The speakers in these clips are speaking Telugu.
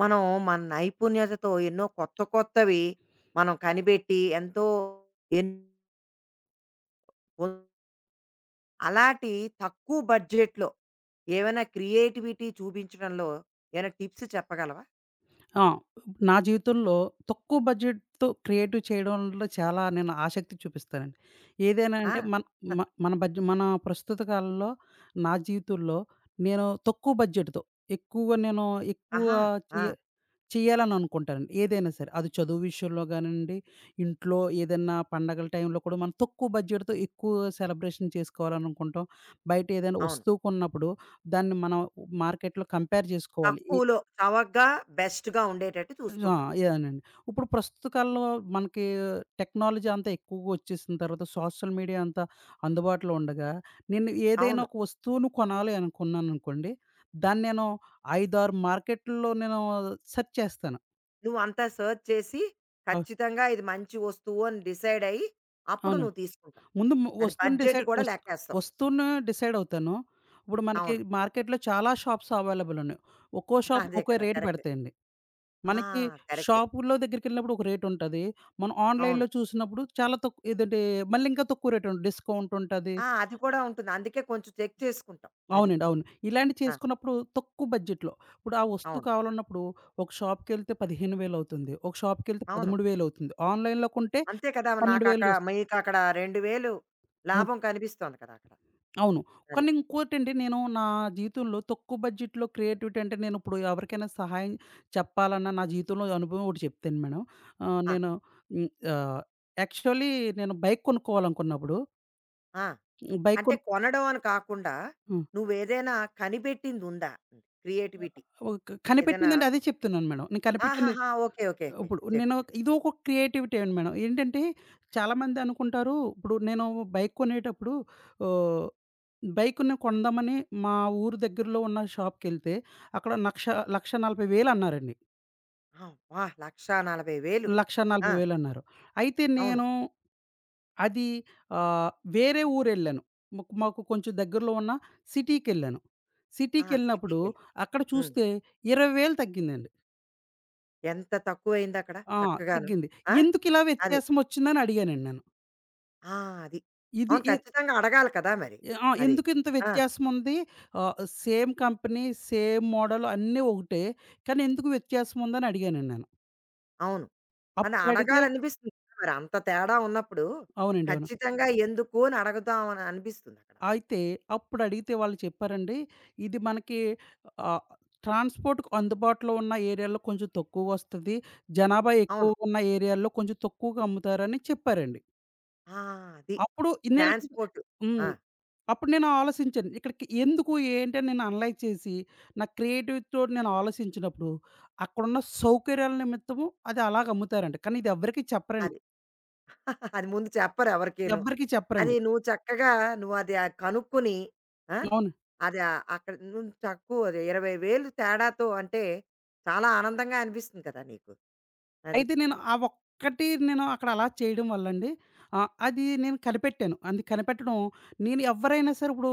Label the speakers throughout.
Speaker 1: మనం మన నైపుణ్యతతో ఎన్నో కొత్త కొత్తవి మనం కనిపెట్టి ఎంతో ఎన్- పొం- అలాంటి తక్కువ బడ్జెట్లో ఏమైనా క్రియేటివిటీ చూపించడంలో ఏమైనా టిప్స్ చెప్పగలవా?
Speaker 2: ఆ! నా జీవితంలో తక్కువ బడ్జెట్‌తో క్రియేటివ్ చేయడంలో చాలా నేను ఆసక్తి చూపిస్తానండి. ఏదైనా
Speaker 1: ఆ,
Speaker 2: అంటే మన మ మన బడ్జె మన ప్రస్తుత కాలంలో నా జీవితంలో నేను తక్కువ బడ్జెట్‌తో ఎక్కువగా నేను ఎక్కువ
Speaker 1: ఆహా, ఆ,
Speaker 2: చేయ చేయాలని అనుకుంటానండి. ఏదైనా సరే. అది చదువు విషయంలో గానియండి, ఇంట్లో ఏదన్నా పండగల టైంలో కూడా మనం తక్కువ బడ్జెట్‌తో ఎక్కువ సెలబ్రేషన్ చేసుకోవాలని అనుకుంటాం. బయట ఏదైనా
Speaker 1: అవును.
Speaker 2: వస్తువు కొన్నప్పుడు దాన్ని మనం మార్కెట్‌లో కంపేర్ చేసుకోవాలి.
Speaker 1: తక్కువలో చవకగా బెస్ట్గా ఉండేటట్టు
Speaker 2: ఆ!
Speaker 1: చూసుకుంటాం.
Speaker 2: ఏనండి. ఇప్పుడు ప్రస్తుత కాలంలో మనకి టెక్నాలజీ అంతా ఎక్కువగా వచ్చేసిన తర్వాత సోషల్ మీడియా అంతా అందుబాటులో ఉండగా, నేను ఏదైనా
Speaker 1: అవును,
Speaker 2: ఒక వస్తువును కొనాలి అనుకున్నాననుకోండి, దాన్ని నేను 5, 6 మార్కెట్‌ల్లో సెర్చ్ చేస్తాను.
Speaker 1: నువ్వు అంతా సర్చ్ చేసి
Speaker 2: అవ్
Speaker 1: ఖచ్చితంగా ఇది మంచి వస్తువు అని డిసైడ్ అయ్యి అప్పుడు
Speaker 2: అవునండి.
Speaker 1: నువ్వు తీసుకుంటావు.
Speaker 2: ముందు ము
Speaker 1: అది
Speaker 2: వస్తువుని
Speaker 1: బడ్జెట్
Speaker 2: డిసైడ్
Speaker 1: కూడా
Speaker 2: వస్
Speaker 1: లెక్కేస్తావు.
Speaker 2: వస్తువుని డిసైడ్ అవుతాను. ఇప్పుడు మనకి
Speaker 1: అవును,
Speaker 2: మార్కెట్‌లో చాలా షాప్స్ అవైలబుల్ ఉన్నాయి. ఒక్కో షాప్
Speaker 1: అదే
Speaker 2: ఒక్కో
Speaker 1: కదా
Speaker 2: రేట్
Speaker 1: కరెక్ట్.
Speaker 2: పెడతాయండి.
Speaker 1: ఆ,
Speaker 2: మనకి
Speaker 1: కరెక్ట్.
Speaker 2: షాపుల్లో దగ్గరికెళ్ళినప్పుడు ఒక రేటుంటది. మనం
Speaker 1: అవును.
Speaker 2: ఆన్‌లైన్‌లో చూసినప్పుడు చాలా తక్కు ఏదంటే మళ్ళీ ఇంకా తక్కువ రేట్ ఉంటది. డిస్కౌంట్ ఉంటది.
Speaker 1: ఆ! అది కూడా ఉంటుంది. అందుకే కొంచెం చెక్ చేసుకుంటాం. అది.
Speaker 2: అవునండి. అవును. ఇలాంటివి
Speaker 1: ఆ!
Speaker 2: చేసుకున్నప్పుడు తక్కువ బడ్జెట్‌లో. ఇప్పుడు ఆ వస్తువు
Speaker 1: అవును.
Speaker 2: కావాలన్నప్పుడు ఒక షాప్‌కెళ్తే 15,000 అవుతుంది. ఒక షాప్‌కెళ్తే
Speaker 1: అవును.
Speaker 2: 13,000 అవుతుంది. ఆన్‌లైన్‌లో కొంటే
Speaker 1: అంతే కదా!
Speaker 2: 12,000
Speaker 1: నాకక్కడ
Speaker 2: వస్తుంది.
Speaker 1: మీకక్కడ 2000
Speaker 2: అవును.
Speaker 1: లాభం కనిపిస్తోంది కదా! అక్కడ.
Speaker 2: అవును.
Speaker 1: అది.
Speaker 2: కానీ ఇంకోటండి నేను నా జీవితంలో తక్కువ బడ్జెట్‌లో క్రియేటివిటీ అంటే నేనిప్పుడు ఎవరికైనా సహాయం చెప్పాలన్నా నా జీవితంలో అనుభవం ఒకటి చెప్తాను మేడం.
Speaker 1: ఆ!
Speaker 2: నేను హ్మ్. ఆహ్, యాక్చువల్లీ నేను బైక్ కొనుక్కోవాలనుకున్నప్పుడు
Speaker 1: ఆ!
Speaker 2: బైక్
Speaker 1: అంటే
Speaker 2: కొను
Speaker 1: కొనడం అని కాకుండా
Speaker 2: హ్మ్.
Speaker 1: నువ్వేదైనా కనిపెట్టిందుందా? Creativity
Speaker 2: okay.
Speaker 1: ఏదైనా.
Speaker 2: కనిపెట్టిందంటే అదే చెప్తున్నాను మేడం. నేను కనిపెట్టింది
Speaker 1: ఆహాహా! ఓకే. ఓకే. ఓకే.
Speaker 2: ఇప్పుడు
Speaker 1: చెప్పు. చెప్పు.
Speaker 2: ఇది ఒక క్రియేటివిటీ అండి మేడం. ఏంటంటే చాలామంది అనుకుంటారు, ఇప్పుడు నేను బైక్ కొనేటప్పుడు ఆహ్, బైక్‌ని కొందామని మా ఊరు దగ్గరలో ఉన్న షాప్‌కెళ్తే అక్కడ లక్ష 1,40,000 అన్నారండి.
Speaker 1: ఆ! అబ్బా! 1,40,000. ఆ!
Speaker 2: 1,40,000 అన్నారు. అయితే
Speaker 1: అవును.
Speaker 2: నేను అది ఆహ్, వేరే ఊరెళ్ళాను. మాకు మాకు కొంచెం దగ్గరలో ఉన్న సిటీకెళ్ళాను.
Speaker 1: ఆ!
Speaker 2: సిటీకెళ్ళినప్పుడు
Speaker 1: సిటీకెళ్ళావు.
Speaker 2: అక్కడ
Speaker 1: హ్మ్.
Speaker 2: చూస్తే 20,000 తగ్గిందండి.
Speaker 1: ఎంత తక్కువయిందక్కడ
Speaker 2: ఆ!
Speaker 1: చక్కగాను.
Speaker 2: తగ్గింది.
Speaker 1: ఆ!
Speaker 2: ఎందుకిలా
Speaker 1: అది.
Speaker 2: వ్యత్యాసం వచ్చిందని అడిగానండి నేను.
Speaker 1: ఆ! అది.
Speaker 2: ఇది
Speaker 1: అవును,
Speaker 2: ఇ
Speaker 1: ఖచ్చితంగా అడగాలి కదా మరి.
Speaker 2: ఆ!
Speaker 1: అది.
Speaker 2: ఎందుకింత
Speaker 1: ఆ!
Speaker 2: వ్యత్యాసముంది? సేమ్ కంపెనీ, సేమ్ మోడల్ అన్నీ ఒకటే. కానీ ఎందుకు వ్యత్యాసముందని అడిగానండి నేను.
Speaker 1: అవును. అని
Speaker 2: అప్పుడడిగితే
Speaker 1: అడగాలనిపిస్తుంది కదా! మరి అంత తేడా ఉన్నప్పుడు
Speaker 2: అవునండి. అవును.
Speaker 1: ఖచ్చితంగా ఎందుకు అని అడగుదాం అని అనిపిస్తుందక్కడ.
Speaker 2: అయితే అప్పుడడిగితే వాళ్ళు చెప్పారండి, ఇది మనకి ఆహ్, ట్రాన్స్‌పోర్ట్‌కి అందుబాటులో ఉన్న ఏరియాలో కొంచెం తక్కువొస్తది. జనాభా
Speaker 1: అవును.
Speaker 2: ఎక్కువగా ఉన్న ఏరియాల్లో కొంచెం తక్కువగా అమ్ముతారని చెప్పారండి.
Speaker 1: ఆ! అది.
Speaker 2: అప్పుడు నేనక్కడ
Speaker 1: ట్రాన్స్‌పోర్ట్.
Speaker 2: హ్మ్.
Speaker 1: ఆ!
Speaker 2: అప్పుడు నేను ఆలోచించాను. ఇక్కడికి ఎందుకు ఏంటని నేను అనలైజ్ చేసి, నా క్రియేటివిటీతోటి నేను ఆలోచించినప్పుడు, అక్కడున్న సౌకర్యాల నిమిత్తము అది అలాగ అమ్ముతారండి. కానీ ఇది ఎవ్వరికీ చెప్పరండి.
Speaker 1: అది. అది ముందు చెప్పరు ఎవరికీను.
Speaker 2: ఎవ్వరికీ
Speaker 1: అది
Speaker 2: చెప్పరండి.
Speaker 1: నువ్వు చక్కగా నువ్వు అది కనుక్కొని. ఆ!
Speaker 2: అవును.
Speaker 1: అది అక్కడ నువ్వు తక్కువ 20,000 తేడాతో అంటే చాలా ఆనందంగా అనిపిస్తుంది కదా నీకు. అది.
Speaker 2: అయితే నేను ఆ ఒక్కటి నేను అక్కడ అలా చేయడం వల్లండి అది నేను కనిపెట్టాను. అది కనిపెట్టడం నేను ఎవ్వరైనా సరే ఇప్పుడు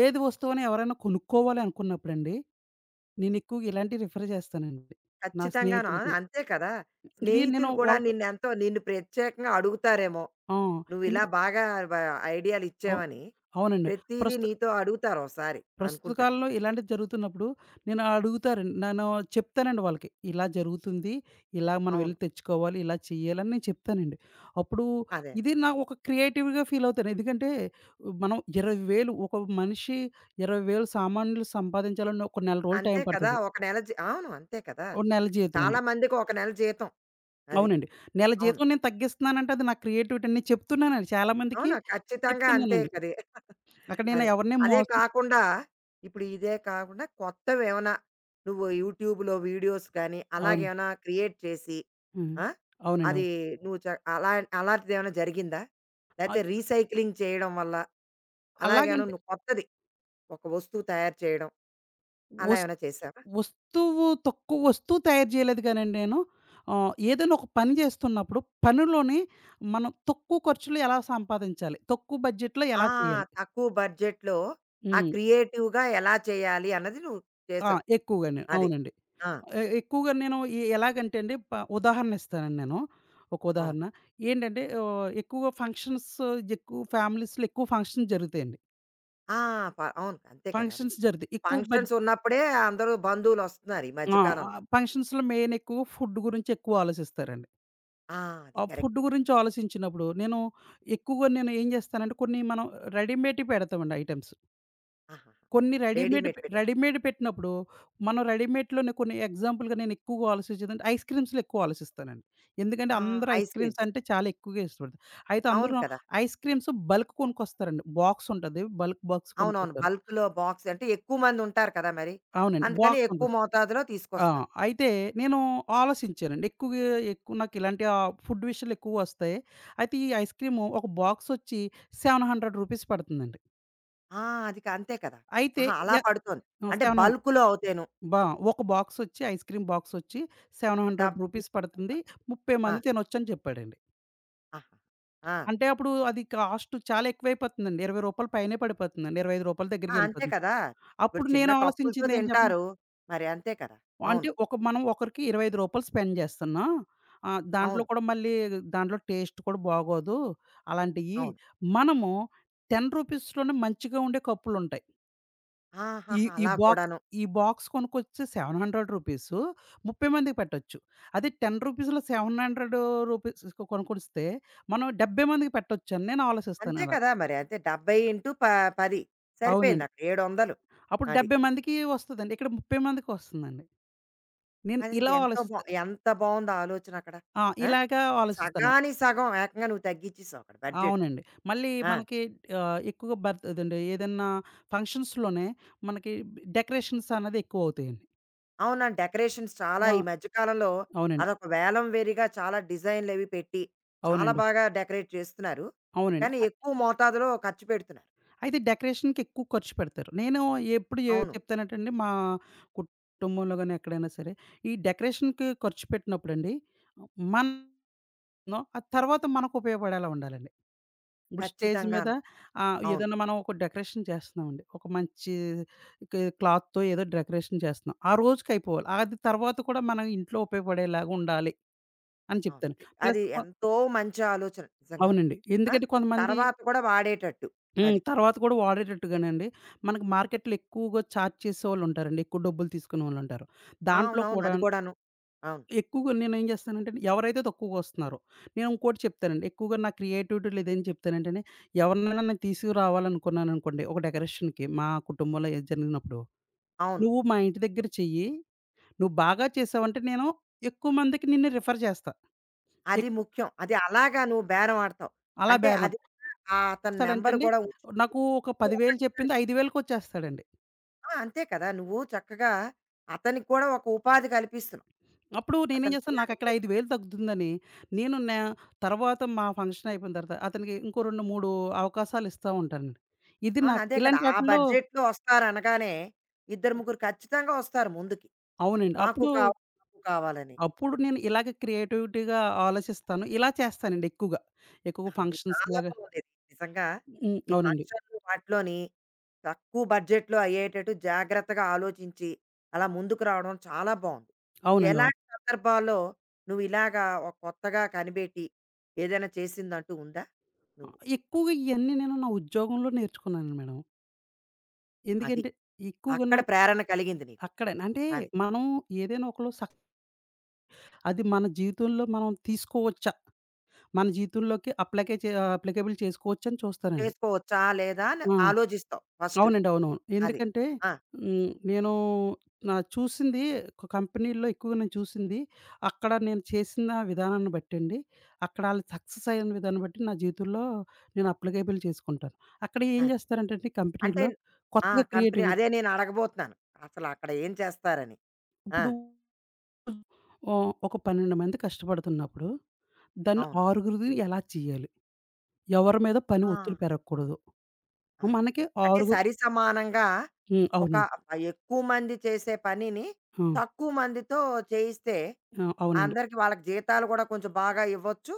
Speaker 2: ఏది వస్తువైనా ఎవరైనా కొనుక్కోవాలి అనుకున్నప్పుడండి, నేను ఎక్కువగా ఇలాంటివి రిఫర్ చేస్తానండి. నా
Speaker 1: ఖచ్చితంగాను. ఆ!
Speaker 2: స్నేహితులకి.
Speaker 1: అంతే కదా!
Speaker 2: ఇది నేను
Speaker 1: స్నేహితులు కూడా
Speaker 2: వాళ్ళకి
Speaker 1: నిన్నెంతో నిన్ను ప్రత్యేకంగా అడుగుతారేమో.
Speaker 2: ఆ!
Speaker 1: నువ్విలా
Speaker 2: ఎందుకు
Speaker 1: బాగా వ
Speaker 2: అవు
Speaker 1: ఐడియాలిచ్చావని.
Speaker 2: అవునండి.
Speaker 1: ప్రతీదీ
Speaker 2: ప్రస్తు
Speaker 1: నీతో అడుగుతారు ఓసారి
Speaker 2: ప్రస్తుత
Speaker 1: అనుకుంటాను.
Speaker 2: కాలంలో ఇలాంటివి జరుగుతున్నప్పుడు నేను అడుగుతారండి. నేను చెప్తానండి వాళ్ళకి. ఇలా జరుగుతుంది. ఇలా మనం
Speaker 1: అవును.
Speaker 2: వెళ్లి తెచ్చుకోవాలి. ఇలా చేయాలని నేను చెప్తానండి. అప్పుడు
Speaker 1: అదే.
Speaker 2: ఇది నాకు ఒక క్రియేటివ్‌గా ఫీల్ అవుతాను. ఎందుకంటే మనం 20,000 ఒక మనిషి 20,000 సామాన్లు సంపాదించాలన్న ఒక నెల రోజులు టైం
Speaker 1: అంతే కదా!
Speaker 2: పడతది.
Speaker 1: ఒక నెల అవును, అంతే కదా!
Speaker 2: ఒక నెల జీతం
Speaker 1: చాలా
Speaker 2: అండి.
Speaker 1: మందికి ఒక నెల జీతం. అది.
Speaker 2: అవునండి. నెల
Speaker 1: అవును.
Speaker 2: జీతం నేను తగ్గిస్తున్నానంటే అది నా క్రియేటివిటీ అని నేను చెప్తున్నానండి. చాలా మందికి
Speaker 1: అవును, ఖచ్చితంగా అంతే
Speaker 2: చెప్తున్నానండి.
Speaker 1: కది.
Speaker 2: అక్కడ నేను
Speaker 1: అదే.
Speaker 2: ఎవరిని
Speaker 1: అదే
Speaker 2: మోసం
Speaker 1: కాకుండా ఇప్పుడు ఇదే కాకుండా కొత్తవేమన్నా నువ్వు యూట్యూబ్‌లో వీడియోస్ కానీ,
Speaker 2: అవును.
Speaker 1: అలాగేమైనా క్రియేట్ చేసి
Speaker 2: హ్మ్.
Speaker 1: ఆ!
Speaker 2: అవునండి. అవును.
Speaker 1: అది నువ్వు అలా అలాంటిదేమైనా జరిగిందా? లేతే
Speaker 2: అయ్
Speaker 1: రీసైక్లింగ్ చేయడం వల్ల అలాగేమైనా
Speaker 2: అలాగంటే
Speaker 1: నువ్వు కొత్తది ఒక వస్తువు తయారు చేయడం అలా
Speaker 2: వస్
Speaker 1: ఏమైనా చేశావా?
Speaker 2: వస్తువు తయారు చేయలేదు గానండి నేను. ఏదైనా ఒక పని చేస్తున్నప్పుడు పనిలోని మనం తక్కువ ఖర్చులో ఎలా సంపాదించాలి? తక్కువ బడ్జెట్‌లో ఎలా
Speaker 1: ఆ!
Speaker 2: చేయాలి?
Speaker 1: తక్కువ బడ్జెట్‌లో ఆ
Speaker 2: హ్మ్.
Speaker 1: క్రియేటివ్‌గా ఎలా చేయాలి అన్నది నువ్వు
Speaker 2: ఆ!
Speaker 1: చేసావు.
Speaker 2: ఎక్కువగానే.
Speaker 1: అది.
Speaker 2: అవునండి.
Speaker 1: ఆ!
Speaker 2: ఎ ఎక్కువగా నేను ఎ ఎలాగంటే అండి ఉదాహరణ ఇస్తానండి నేను. ఒక
Speaker 1: అవును.
Speaker 2: ఉదాహరణ. ఏంటంటే ఎక్కువ ఫ్యామిలీస్‌లో ఎక్కువ ఫంక్షన్స్ జరుగుతాయండి.
Speaker 1: ఆ! అవును, అంతే కదా మరి.
Speaker 2: ఫంక్షన్స్ జరుగుతాయి. ఎక్కువ
Speaker 1: ఫంక్షన్స్
Speaker 2: బడ్జ్
Speaker 1: ఉన్నప్పుడే అందరూ బంధువులు వస్తున్నారు ఈ మధ్య
Speaker 2: ఆ! ఆ!
Speaker 1: కాలంలో.
Speaker 2: ఫంక్షన్స్‌లో మెయిన్ ఎక్కువ ఫుడ్ గురించి ఎక్కువ ఆలోచిస్తారండి.
Speaker 1: ఆ! అది
Speaker 2: ఆ ఫుడ్
Speaker 1: కరెక్ట్.
Speaker 2: గురించి ఆలోచించినప్పుడు నేను ఎక్కువగా నేను ఏం చేస్తానంటే కొన్ని మనం రెడీమేడ్‌యి పెడతామండి ఐటెమ్స్.
Speaker 1: ఆహాహా!
Speaker 2: కొన్ని రెడీమేడ్
Speaker 1: రెడీమేడ్
Speaker 2: పె రెడీమేడ్ పెట్టినప్పుడు మనం రెడీమేడ్‌లోనే కొన్ని ఎగ్జాంపుల్‌గా నేను ఎక్కువగా ఆలోచించేదంటే ఐస్ క్రీమ్స్‌లో ఎక్కువ ఆలోచిస్తానండి. ఎందుకంటే
Speaker 1: ఆ!
Speaker 2: అందరూ ఐస్
Speaker 1: ఐస్
Speaker 2: క్రీమ్స్
Speaker 1: క్రీమ్స్.
Speaker 2: అంటే చాలా ఎక్కువగా ఇష్టపడతారు. అయితే
Speaker 1: అవును
Speaker 2: అందులో
Speaker 1: కదా!
Speaker 2: ఐస్ క్రీమ్స్ బల్క్ కొనుక్కొస్తారండి. బాక్స్ ఉంటది. బల్క్ బాక్స్
Speaker 1: అవునవును,
Speaker 2: కొనుక్కొస్తారు.
Speaker 1: బల్క్‌లో బాక్స్ అంటే ఎక్కువ మంది ఉంటారు కదా మరి.
Speaker 2: అవునండి.
Speaker 1: అందుకని
Speaker 2: బాక్స్
Speaker 1: ఎక్కువ
Speaker 2: కొనుక్కొస్తారు.
Speaker 1: మోతాదులో
Speaker 2: ఆ!
Speaker 1: తీసుకొస్తారు.
Speaker 2: అయితే నేను ఆలోచించానండి. ఎక్కువగా ఎక్కువ నాకు ఇలాంటి ఫుడ్ విషయాలు ఎక్కువ వస్తాయి. అయితే ఈ ఐస్ క్రీము ఒక బాక్స్ వచ్చి రూ. 700 పడుతుందండి.
Speaker 1: ఆ! అది అంతే కదా!
Speaker 2: అయితే
Speaker 1: ఆహా! అలా
Speaker 2: య
Speaker 1: పడుతోంది.
Speaker 2: ఆ!
Speaker 1: అంటే
Speaker 2: 700
Speaker 1: బల్క్‌లో అవుతేను.
Speaker 2: బా ఒక బాక్స్ వచ్చి ఐస్ క్రీమ్ బాక్స్ వచ్చి రూ.
Speaker 1: ఈ
Speaker 2: 700
Speaker 1: పక్కన
Speaker 2: పడుతుంది. 30
Speaker 1: ఆ!
Speaker 2: మంది తినొచ్చని చెప్పాడండి.
Speaker 1: ఆహా! ఆ!
Speaker 2: అంటే అప్పుడు అది కాస్ట్ చాలా ఎక్కువైపోతుందండి. రూ. 20 పైనే పడిపోతుందండి. రూ. 25
Speaker 1: ఆ! అంతే
Speaker 2: దగ్గరికెళ్ళిపోతుంది.
Speaker 1: కదా! ఇప్పుడు
Speaker 2: అప్పుడు
Speaker 1: చిన్న
Speaker 2: నేను
Speaker 1: కప్పులతో
Speaker 2: ఆలోచించింది ఏంటి చెప్పండి?
Speaker 1: తింటారు. మరి అంతే కదా! అవును.
Speaker 2: అంటే ఒక మనం ఒకరికి రూ. 25 స్పెండ్ జేస్తున్నాం. దాంట్లో
Speaker 1: అవును.
Speaker 2: కూడా మళ్ళీ దాంట్లో టేస్ట్ కూడా బాగోదు. అలాంటియి
Speaker 1: అవును.
Speaker 2: మనము రూ. 10 లోనే మంచిగా ఉండే కప్పులుంటాయి. ఈ
Speaker 1: ఆహాహా!
Speaker 2: ఈ
Speaker 1: అలా
Speaker 2: బాక్స్
Speaker 1: కూడాను.
Speaker 2: ఈ బాక్స్ కొనుక్కొచ్చి రూ. 700 30 మందికి పెట్టొచ్చు. అదే రూ. 10లో రూ. 700 కొనుక్కొస్తే మనం 70 మందికి పెట్టొచ్చని నేను ఆలోచిస్తాను
Speaker 1: అంతే
Speaker 2: ఇలా.
Speaker 1: కదా మరి. అంతే 70 ఇంటూ 10 సరిపోయింది
Speaker 2: అవునండి.
Speaker 1: అక్కడ 700.
Speaker 2: అప్పుడు
Speaker 1: అది.
Speaker 2: 70 మందికి వస్తదండి. ఇక్కడ 30 మందికి వస్తుందండి. నేను
Speaker 1: అది
Speaker 2: ఇలా
Speaker 1: ఎంతో
Speaker 2: ఆలోచిస్తా.
Speaker 1: ఎంత బావుందో ఆలోచన అక్కడ.
Speaker 2: ఆ!
Speaker 1: ఆ!
Speaker 2: ఇలాగా ఆలోచిస్తాను.
Speaker 1: సగానికి సగం ఏకంగా నువ్వు తగ్గించేసావు అక్కడ బడ్జెట్.
Speaker 2: అవునండి. మళ్ళీ
Speaker 1: ఆ!
Speaker 2: మనకి ఎక్కువగా బర్త్ అదండి ఏదన్నా ఫంక్షన్స్‌లోనే మనకి డెకరేషన్స్ అన్నది ఎక్కువవుతాయండి.
Speaker 1: అవునా, డెకరేషన్స్ చాలా
Speaker 2: ఆ!
Speaker 1: ఈ మధ్య కాలంలో
Speaker 2: అవునండి.
Speaker 1: అదొక వేలం వేరీగా చాలా డిజైన్‌లవి పెట్టి చాలా
Speaker 2: అవునండి.
Speaker 1: బాగా డెకరేట్ చేస్తున్నారు.
Speaker 2: అవునండి.
Speaker 1: కానీ ఎక్కువ మోతాదులో ఖర్చు పెడుతున్నారు.
Speaker 2: అయితే డెకరేషన్‌కి ఎక్కువ ఖర్చు పెడతారు. నేను ఎప్పుడు
Speaker 1: అవును.
Speaker 2: చెప్తానంటే అండి మా కుటుంబంలో గాని ఎక్కడైనా సరే, ఈ డెకరేషన్‌కి ఖర్చు పెట్టినప్పుడండి మనం ఆ తర్వాత మనకు ఉపయోగపడేలా ఉండాలండి. ఇప్పుడు స్టేజ్ మీద
Speaker 1: ఖచ్చితంగాను. అవును.
Speaker 2: ఏదైనా మనం ఒక డెకరేషన్ చేస్తున్నామండి. ఒక మంచి క్లాత్‌తో ఏదో డెకరేషన్ చేస్తున్నాం. ఆ రోజుకయిపోవాలి. అది తర్వాత కూడా మనం ఇంట్లో ఉపయోగపడేలాగా ఉండాలి అని
Speaker 1: అవును.
Speaker 2: చెప్తాను. ప్లస్
Speaker 1: అది
Speaker 2: కొ
Speaker 1: ఎంతో మంచి ఆలోచన నిజంగాను.
Speaker 2: అవునండి.
Speaker 1: ఆ!
Speaker 2: ఎందుకంటే కొంతమంది
Speaker 1: తర్వాత కూడా వాడేటట్టు.
Speaker 2: హ్మ్.
Speaker 1: అది.
Speaker 2: తర్వాత కూడా వాడేటట్టుగానండి మనకు మార్కెట్‌లో ఎక్కువగా చార్జ్ చేసేవాళ్ళుంటారండి. ఎక్కువ డబ్బులు తీసుకునేవాళ్ళుంటారు. దాంట్లో
Speaker 1: అవునవును,
Speaker 2: కూడా
Speaker 1: అది కూడాను. అవును.
Speaker 2: ఎక్కువగా నేనేం చేస్తానంటే, ఎవరైతే తక్కువగొస్తున్నారో, నేను ఇంకోటి చెప్తానండి. ఎక్కువగా నా క్రియేటివిటీలో ఇదేం చెప్తానంటేనే, ఎవరినైనా నేను తీసుకురావాలనుకున్నాననుకోండి, ఒక డెకరేషన్‌కి మా కుటుంబంలో ఏది జరిగినప్పుడు,
Speaker 1: అవును.
Speaker 2: "నువ్వు మా ఇంటి దగ్గర చెయ్యి. నువ్వు బాగా చేసావంటే, నేను ఎక్కువ మందికి నిన్ను రిఫర్ చేస్తా."
Speaker 1: అది
Speaker 2: ఎక్కు
Speaker 1: ముఖ్యం. అది అలాగా నువ్వు బేరం ఆడతావు.
Speaker 2: అలా
Speaker 1: అంటే అది కూడా ఆ అతని నంబర్
Speaker 2: బేరమాడతాడంటండి,
Speaker 1: కూడా ఉంచుకొని
Speaker 2: నాకు ఒక
Speaker 1: నువ్వు
Speaker 2: 10,000 చెప్పింది
Speaker 1: ఒకడిద్దరికి.
Speaker 2: 5,000కి వచ్చేస్తాడండి.
Speaker 1: ఆ! అంతే కదా! నువ్వు చక్కగా అతనికి కూడా ఒక ఉపాధి కల్పిస్తున్నావు.
Speaker 2: అప్పుడు నేనేం
Speaker 1: అతని
Speaker 2: చేస్తాను నాకక్కడ
Speaker 1: పిల్లాడికి
Speaker 2: 5,000 తగ్గుతుందని, నేను నా తర్వాత మా ఫంక్షన్ అయిపోయిన తర్వాత అతనికి ఇంకో 2, 3 అవకాశాలు ఇస్తా ఉంటానండి. ఇది
Speaker 1: అవును.
Speaker 2: నాకు
Speaker 1: అదే కదా!
Speaker 2: ఇలాంటి
Speaker 1: ఆ
Speaker 2: ఆటిల్లో
Speaker 1: బడ్జెట్‌లో వస్తారనగానే ఇద్దరు ముగ్గురు ఖచ్చితంగా వస్తారు ముందుకి.
Speaker 2: అవునండి.
Speaker 1: మాకు
Speaker 2: అప్పుడు,
Speaker 1: కావాలి, మాకు కావాలని.
Speaker 2: అప్పుడు నేను ఇలాగ క్రియేటివిటీగా ఆలోచిస్తాను. ఇలా చేస్తానండి ఎక్కువగా. ఎక్కువ
Speaker 1: అది
Speaker 2: ఫంక్షన్స్
Speaker 1: చాలా
Speaker 2: లాగా
Speaker 1: బాగుండేది నిజంగా.
Speaker 2: హ్మ్.
Speaker 1: ఈ
Speaker 2: అవునండి.
Speaker 1: ఫంక్షన్‌లు వాటిలోని తక్కువ బడ్జెట్‌లో అయ్యేటట్టు జాగ్రత్తగా ఆలోచించి, అలా ముందుకు రావడం చాలా బావుంది.
Speaker 2: అవునండి. అవును.
Speaker 1: ఎలాంటి సందర్భాల్లో నువ్వు ఇలాగా ఒక కొత్తగా కనిపెట్టి ఏదైనా చేసిందంటూ ఉందా? నువ్వు
Speaker 2: ఎక్కువగా ఇయన్నీ నేను నా ఉద్యోగంలో నేర్చుకున్నాను మేడం.
Speaker 1: అది.
Speaker 2: ఎందుకంటే ఎక్కువగా
Speaker 1: అక్కడ
Speaker 2: నా
Speaker 1: ప్రేరణ కలిగింది నీకు.
Speaker 2: అక్కడే అంటే
Speaker 1: అది.
Speaker 2: మనం ఏదైనా ఒకలో సక్ అది మన జీవితంలో మనం తీసుకోవచ్చు. మన జీవితంలోకి అప్లకే చే అప్లికేబుల్ చేసుకోవచ్చని చూస్తారండి.
Speaker 1: చేసుకోవచ్చా? లేదా? అని
Speaker 2: ఆ!
Speaker 1: ఆలోచిస్తావు ఫస్ట్.
Speaker 2: అవునండి. అవునవును.
Speaker 1: అది.
Speaker 2: ఎందుకంటే
Speaker 1: ఆ!
Speaker 2: హ్మ్. నేను నా చూసింది కంపెనీల్లో ఎక్కువగా నేను చూసింది, అక్కడ నేను చేసిన విధానాన్ని బట్టండి, అక్కడ ఆళ్ళు సక్సెస్ అయిన విధాన్ని బట్టి నా జీవితంలో నేను అప్లికేబుల్ చేసుకుంటాను. అక్కడ ఏం
Speaker 1: అది.
Speaker 2: చేస్తారంటే అండి
Speaker 1: అంటే
Speaker 2: కంపెనీల్లో
Speaker 1: ఆ!
Speaker 2: కొత్తగా
Speaker 1: కంపెనీ
Speaker 2: క్రియేటివిటీ
Speaker 1: అదే నేను అడగబోతున్నాను. అసలు అక్కడ ఏం చేస్తారని. ఆ!
Speaker 2: ఇప్పుడు ఒక 12 మంది కష్టపడుతున్నప్పుడు, దాన్ని
Speaker 1: అవును.
Speaker 2: ఆరుగురిది ఎలా చేయాలి? ఎవరి మీద పని
Speaker 1: ఆ!
Speaker 2: ఒత్తిడి పెరగకూడదు.
Speaker 1: అది.
Speaker 2: మనకి
Speaker 1: అంటే
Speaker 2: ఆరుగురు
Speaker 1: సరిసమానంగా
Speaker 2: హ్మ్.
Speaker 1: ఒక
Speaker 2: అవునండి.
Speaker 1: ఎక్కువ మంది చేసే పనిని
Speaker 2: ఆ!
Speaker 1: తక్కువ మందితో చేయిస్తే
Speaker 2: ఆ! అవునండి.
Speaker 1: అందరికి వాళ్ళకి జీతాలు కూడా కొంచెం బాగా ఇవ్వచ్చు.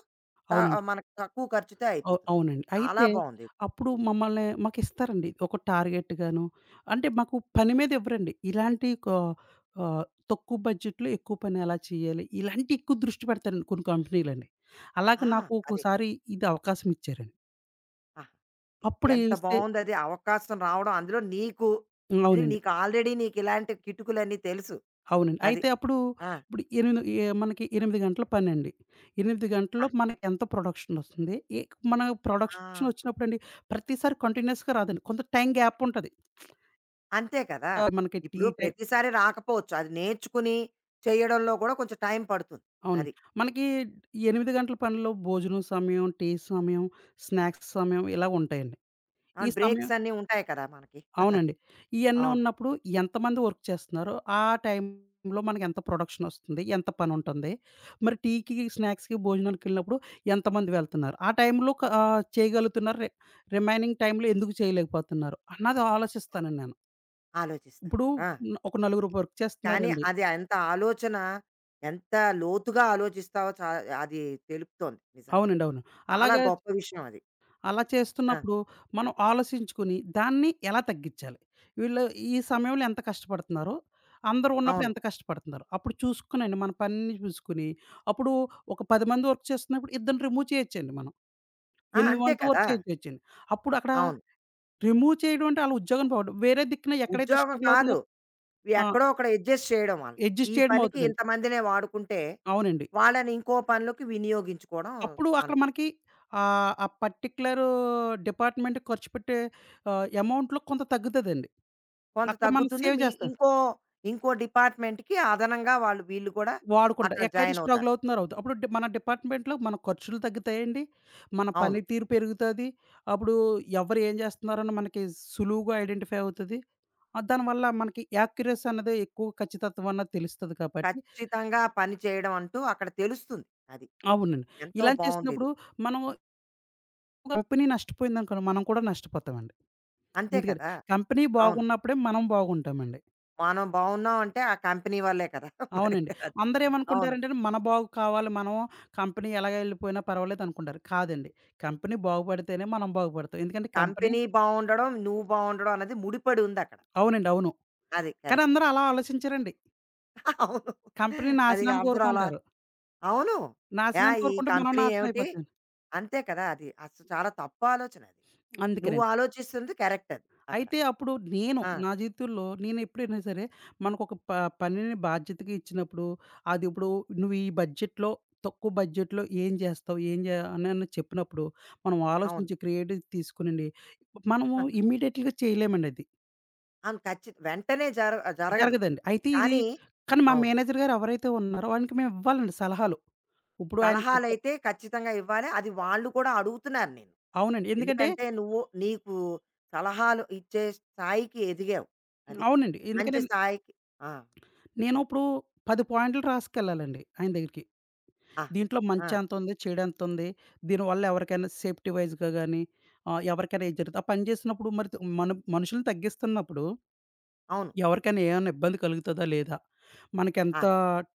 Speaker 1: త
Speaker 2: అవునండి.
Speaker 1: మనకు తక్కువ ఖర్చుతో అయిపోతుంది.
Speaker 2: అవునండి.
Speaker 1: చాలా
Speaker 2: అయితే
Speaker 1: బావుంది.
Speaker 2: అప్పుడు మమ్మల్ని మాకిస్తారండి. ఒక టార్గెట్ గాను అంటే మాకు పని మీద ఇవ్వరండి. ఇలాంటి కా ఆహ్, తక్కువ బడ్జెట్‌లో ఎక్కువ పని ఎలా చేయాలి? ఇలాంటియి ఎక్కువ దృష్టి పెడతారండి కొన్ని కంపెనీలండి.
Speaker 1: ఆ!
Speaker 2: అలాగే నాకు
Speaker 1: అదే.
Speaker 2: ఒక్కోసారి ఇది అవకాశం ఇచ్చారండి.
Speaker 1: ఆహా!
Speaker 2: అప్పుడు
Speaker 1: ఎంత
Speaker 2: ఏమిస్తే
Speaker 1: బావుందది అవకాశం రావడం. అందులో నీకు
Speaker 2: హ్మ్.
Speaker 1: అది
Speaker 2: అవునండి.
Speaker 1: నీకు ఆల్రెడీ నీకు ఇలాంటి కిటుకులన్నీ తెలుసు.
Speaker 2: అవునండి.
Speaker 1: అది.
Speaker 2: అయితే అప్పుడు
Speaker 1: ఆ!
Speaker 2: ఇప్పుడు ఎనిమిది ఏ మనకి 8 గంటల పనండి. 8
Speaker 1: ఆ!
Speaker 2: గంటల్లో మనకి ఎంత ప్రొడక్షనొస్తుంది? మన
Speaker 1: ఆ!
Speaker 2: ప్రొడక్షనొచ్చినప్పుడండి ప్రతిసారి కంటిన్యూయస్‌గా రాదండి. కొంత టైమ్ గ్యాప్ ఉంటది.
Speaker 1: అంతే కదా!
Speaker 2: మనకి టీ
Speaker 1: ఇప్పుడు
Speaker 2: టైమ్
Speaker 1: ప్రతిసారి రాకపోవచ్చు. అది నేర్చుకుని చేయడంలో కూడా కొంచెం టైం పడుతుంది.
Speaker 2: అవునండి.
Speaker 1: అది.
Speaker 2: మనకి 8 గంటల పనిలో భోజనం సమయం, టీ సమయం, స్నాక్స్ సమయం ఇలా ఉంటాయండి. ఈ
Speaker 1: అవును,
Speaker 2: సమయం
Speaker 1: బ్రేక్స్ అన్నీ ఉంటాయి కదా మనకి. అది.
Speaker 2: అవునండి. ఇయన్నీ
Speaker 1: అవును.
Speaker 2: ఉన్నప్పుడు ఎంతమంది వర్క్ చేస్తున్నారో, ఆ టైంలో మనకెంత ప్రొడక్షన్ ఒస్తుంది, ఎంత పనుంటుంది. మరి టీకి, స్నాక్స్‌కి, భోజనాలకెళ్ళినప్పుడు ఎంతమంది వెళ్తున్నారు. ఆ టైంలో చేయగలుగుతున్నారు. రిమైనింగ్ టైంలో ఎందుకు చేయలేకపోతున్నారు అన్నది ఆలోచిస్తానండి నేను.
Speaker 1: ఆలోచిస్తారు.
Speaker 2: ఇప్పుడు
Speaker 1: ఆ!
Speaker 2: ఒక నలుగురు వర్క్
Speaker 1: కానీ
Speaker 2: చేస్తున్నారండి.
Speaker 1: అది ఎంత ఆలోచన ఎంత లోతుగా ఆలోచిస్తావో అది తెలుపుతోంది నిజంగా.
Speaker 2: అవునండి. అవును.
Speaker 1: చాలా
Speaker 2: అలాగా
Speaker 1: గొప్ప విషయం అది.
Speaker 2: అలా
Speaker 1: ఆ!
Speaker 2: చేస్తున్నప్పుడు మనం ఆలోచించుకుని దాన్ని ఎలా తగ్గించాలి? వీళ్ళు ఈ సమయంలో ఎంత కష్టపడుతున్నారో, అందరూ ఉన్నప్పుడు
Speaker 1: అవును.
Speaker 2: ఎంత కష్టపడుతున్నారు? అప్పుడు చూసుకొనండి మన పనిని చూసుకొని, అప్పుడు ఒక 10 మంది వర్క్ చేస్తున్నప్పుడు ఇద్దరిని రిమూవ్ చేయొచ్చండి మనం.
Speaker 1: ఆ!
Speaker 2: 8
Speaker 1: అంతే
Speaker 2: మంది వర్క్
Speaker 1: కదా!
Speaker 2: చేయించొచ్చండి. అప్పుడు అక్కడ
Speaker 1: అవును.
Speaker 2: రిమూవ్ చేయడం అంటే ఆళ్ళ ఉద్యోగం పోవడం. వేరే దిక్కున ఎక్కడైతే
Speaker 1: ఉద్యోగం
Speaker 2: స్ట్రగుల్ అవుతుందో
Speaker 1: కాదు. ఇవి
Speaker 2: ఆ!
Speaker 1: ఎక్కడో అక్కడ అడ్జస్ట్ చేయడం వాళ్ళని. ఈ
Speaker 2: అడ్జస్ట్ చేయడం
Speaker 1: పనికి
Speaker 2: అవుతదండి.
Speaker 1: ఇంతమందినే వాడుకుంటే,
Speaker 2: అవునండి.
Speaker 1: వాళ్ళని ఇంకో పనులకి వినియోగించుకోవడం
Speaker 2: అప్పుడు అక్కడ
Speaker 1: మనకి.
Speaker 2: మనకి ఆ పర్టిక్యులర్ డిపార్ట్‌మెంట్ ఖర్చు పెట్టే అమౌంట్‌లో కొంత తగ్గుతదండి.
Speaker 1: కొంత
Speaker 2: అక్కడ మనం
Speaker 1: తగ్గుతుంది.
Speaker 2: సేవ్
Speaker 1: మీ
Speaker 2: చేస్తాం.
Speaker 1: ఇంకో ఇంకో డిపార్ట్‌మెంట్‌కి అదనంగా వాళ్ళు వీళ్ళు కూడా
Speaker 2: వాడుకుంటా.
Speaker 1: అక్కడ
Speaker 2: ఎక్కడైతే
Speaker 1: జాయిన్ అవుతారు.
Speaker 2: స్ట్రగుల్ అవుతున్నారో అప్పుడు మన డిపార్ట్మెంట్‌లో మన ఖర్చులు తగ్గుతాయండి. మన
Speaker 1: అవును.
Speaker 2: పనితీరు పెరుగుతది. అప్పుడు ఎవరు ఏం చేస్తున్నారని మనకి సులువుగా ఐడెంటిఫై అవుతది. దానివల్ల మనకి యాక్యురసీ అన్నది ఎక్కువ ఖచ్చితత్వం అన్నది తెలుస్తది కాబట్టి
Speaker 1: ఖచ్చితంగా పని చేయడం అంటూ అక్కడ తెలుస్తుంది. అది.
Speaker 2: అవునండి.
Speaker 1: ఎంతో
Speaker 2: ఇలా
Speaker 1: బావుందిది.
Speaker 2: చేసినప్పుడు మనం కంపెనీ నష్టపోయిందనుకోండి మనం కూడా నష్టపోతామండి.
Speaker 1: అంతే
Speaker 2: అందుకని
Speaker 1: కదా!
Speaker 2: కంపెనీ
Speaker 1: అవును.
Speaker 2: బాగున్నప్పుడే మనం బాగుంటామండి.
Speaker 1: మనం బావున్నాం అంటే ఆ కంపెనీ వల్లే కదా! మరి
Speaker 2: అవునండి.
Speaker 1: అది. అవును.
Speaker 2: అందరేమనుకుంటారంటే మన బాగు కావాలి. మనం కంపెనీ ఎలాగ ఎళ్ళిపోయినా పర్వాలేదనుకుంటారు. కాదండి. కంపెనీ బాగుపడితేనే మనం బాగుపడతాం. ఎందుకంటే కంపెనీ
Speaker 1: కంపెనీ బావుండడం, నువ్వు బావుండడం అన్నది ముడిపడి ఉందక్కడ.
Speaker 2: అవునండి. అవును.
Speaker 1: అది
Speaker 2: కానీ
Speaker 1: కరెక్ట్.
Speaker 2: అందరూ అలా ఆలోచించరండి.
Speaker 1: అవును.
Speaker 2: కంపెనీ
Speaker 1: అది
Speaker 2: నాశనాన్ని
Speaker 1: అందరూ అలా
Speaker 2: కోరుకుంటారు.
Speaker 1: అవును. యాహ్!
Speaker 2: నాశనాన్ని
Speaker 1: ఈ
Speaker 2: కోరుకుంటే మనం
Speaker 1: కంపెనీ
Speaker 2: నాశనం
Speaker 1: ఏమిటి?
Speaker 2: అయిపోతాం.
Speaker 1: అంతే కదా! అది. అసలు చాలా తప్పు ఆలోచన అది. నువ్వు
Speaker 2: అందుకనండి.
Speaker 1: ఆలోచిస్తుంది కరెక్ట్ అది అక్కడ.
Speaker 2: అయితే అప్పుడు నేను
Speaker 1: ఆ!
Speaker 2: నా జీవితంలో నేను ఎప్పుడైనా సరే మనకొక ప పనిని బాధ్యతగా ఇచ్చినప్పుడు, అది ఇప్పుడు నువ్వు ఈ బడ్జెట్‌లో తక్కువ బడ్జెట్‌లో ఏం చేస్తావు? ఏం జే అనని చెప్పినప్పుడు, మనం
Speaker 1: అవును.
Speaker 2: ఆలోచించి క్రియేటివ్ తీసుకొనండి మనము ఇమ్మీడియేట్‌గా చేయలేమండి అది.
Speaker 1: అవును, ఖచ్చిత వెంటనే జరగదు.
Speaker 2: జరగదండి. అయితే ఇది
Speaker 1: కానీ
Speaker 2: కానీ మా
Speaker 1: అవును,
Speaker 2: మేనేజర్ గారు ఎవరైతే ఉన్నారో ఆయనకి మేము ఇవ్వాలండి సలహాలు. ఇప్పుడు ఆయన చెప్పే
Speaker 1: సలహాలైతే ఖచ్చితంగా ఇవ్వాలి. అది వాళ్ళు కూడా అడుగుతున్నారు నిన్ను.
Speaker 2: అవునండి. ఎందుకంటే
Speaker 1: ఎందుకంటే నువ్వు నీకు సలహాలు ఇచ్చే స్థాయికి ఎదిగావు. అది.
Speaker 2: అవునండి. ఎందుకంటే
Speaker 1: మంచి స్థాయికి ఆ!
Speaker 2: నేను ఇప్పుడు 10 పాయింట్లు రాసుకెళ్ళాలండి ఆయన దగ్గరికి.
Speaker 1: ఆహా!
Speaker 2: దీంట్లో
Speaker 1: ఆ!
Speaker 2: మంచి ఎంతుంది? చెడెంతుంది? దీనివల్ల ఎవరికైనా సేఫ్టీ వైస్‌గా గాని ఎవరికైనా ఏది జరుగుతది? ఆ పని చేసినప్పుడు మరి మన మనుషుల్ని తగ్గిస్తున్నప్పుడు
Speaker 1: అవును.
Speaker 2: ఎవరికైనా ఏమైనా ఇబ్బంది కలుగుతదా? లేదా?
Speaker 1: ఆ!
Speaker 2: మనకెంత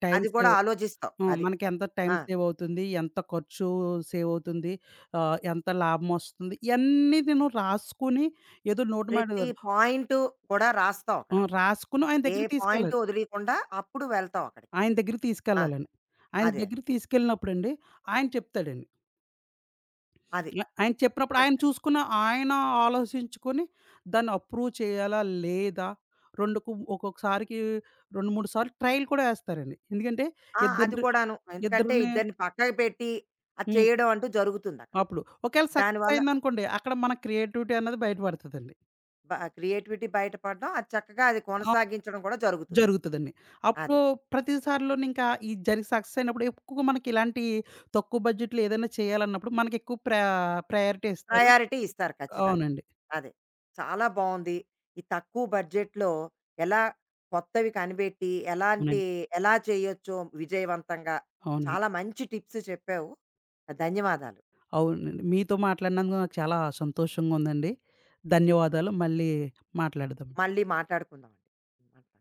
Speaker 2: టైమ్
Speaker 1: అది కూడా
Speaker 2: సేవ్
Speaker 1: ఆలోచిస్తావు.
Speaker 2: హ్మ్.
Speaker 1: అది.
Speaker 2: మనకెంత టైమ్
Speaker 1: ఆ!
Speaker 2: సేవ్ అవుతుంది? ఎంత ఖర్చు సేవ్ అవుతుంది? ఎంత లాభమొస్తుంది? ఇయన్నీ నేను రాసుకొని ఏదో నోటు మాట
Speaker 1: ప్రతి
Speaker 2: కాదు.
Speaker 1: పాయింటు కూడా రాస్తావు అక్కడ.
Speaker 2: హ్మ్. రాసుకొని ఆయన
Speaker 1: ఏ
Speaker 2: దగ్గరికి
Speaker 1: పాయింటు
Speaker 2: తీసుకెళ్ళాలి.
Speaker 1: వదిలీకుండా అప్పుడు వెళ్తావు అక్కడికి.
Speaker 2: ఆయన దగ్గరికి
Speaker 1: ఆ!
Speaker 2: తీసుకెళ్ళాలని. ఆయన
Speaker 1: అదే. అదే.
Speaker 2: దగ్గరికి తీసుకెళ్ళినప్పుడండి ఆయన చెప్తాడండి.
Speaker 1: అది.
Speaker 2: ఆయన చెప్పినప్పుడు
Speaker 1: అద్
Speaker 2: ఆయన చూసుకున్న ఆయన ఆలోచించుకొని దాన్ని అప్రూవ్ చేయాలా? లేదా? 2కు ఒక్కొక్కసారికి 2, 3 సార్లు ట్రైల్ కూడా ఎస్తారండి. ఎందుకంటే
Speaker 1: ఆ! అది
Speaker 2: ఇద్దరు
Speaker 1: కూడాను. ఎందుకంటే
Speaker 2: ఇద్దరిని
Speaker 1: ఇద్దరిని పక్కకు పెట్టి అది
Speaker 2: హ్మ్.
Speaker 1: చేయడం అంటూ జరుగుతుందక్కడ.
Speaker 2: అప్పుడు ఒకవేళ సక్సెస్
Speaker 1: దానివల్ల
Speaker 2: అయిందనుకోండి అక్కడ మన క్రియేటివిటీ అన్నది బయట పడతదండి.
Speaker 1: క్రియేటివిటీ బయటపడడం, అది చక్కగా అది
Speaker 2: ఆ!
Speaker 1: కొనసాగించడం కూడా జరుగుతుంది.
Speaker 2: జరుగుతదండి. అప్పుడు
Speaker 1: అదే.
Speaker 2: ప్రతిసారిలోను ఇంకా ఈ జరిగి సక్సెస్ అయినప్పుడు ఎక్కువగా మనకి ఇలాంటి తక్కువ బడ్జెట్‌లో ఏదైనా చేయాలన్నప్పుడు మనకెక్కువ ప్రయారిటీ ఇస్తారు.
Speaker 1: ప్రయారిటీ ఇస్తారు ఖచ్చితంగా.
Speaker 2: అవునండి.
Speaker 1: అదే. చాలా బాగుంది ఈ తక్కువ బడ్జెట్లో ఎలా కొత్తవి కనిపెట్టి ఎలాంటి
Speaker 2: అవునండి.
Speaker 1: ఎలా చేయొచ్చో విజయవంతంగా,
Speaker 2: అవునండి.
Speaker 1: చాలా మంచి టిప్స్ చెప్పావు. ధన్యవాదాలు.
Speaker 2: అవునండి. మీతో మాట్లాడినందుకు నాకు చాలా సంతోషంగా ఉందండి. ధన్యవాదాలు. మళ్ళీ మాట్లాడదాం.
Speaker 1: మళ్ళీ మాట్లాడుకుందాం అండి.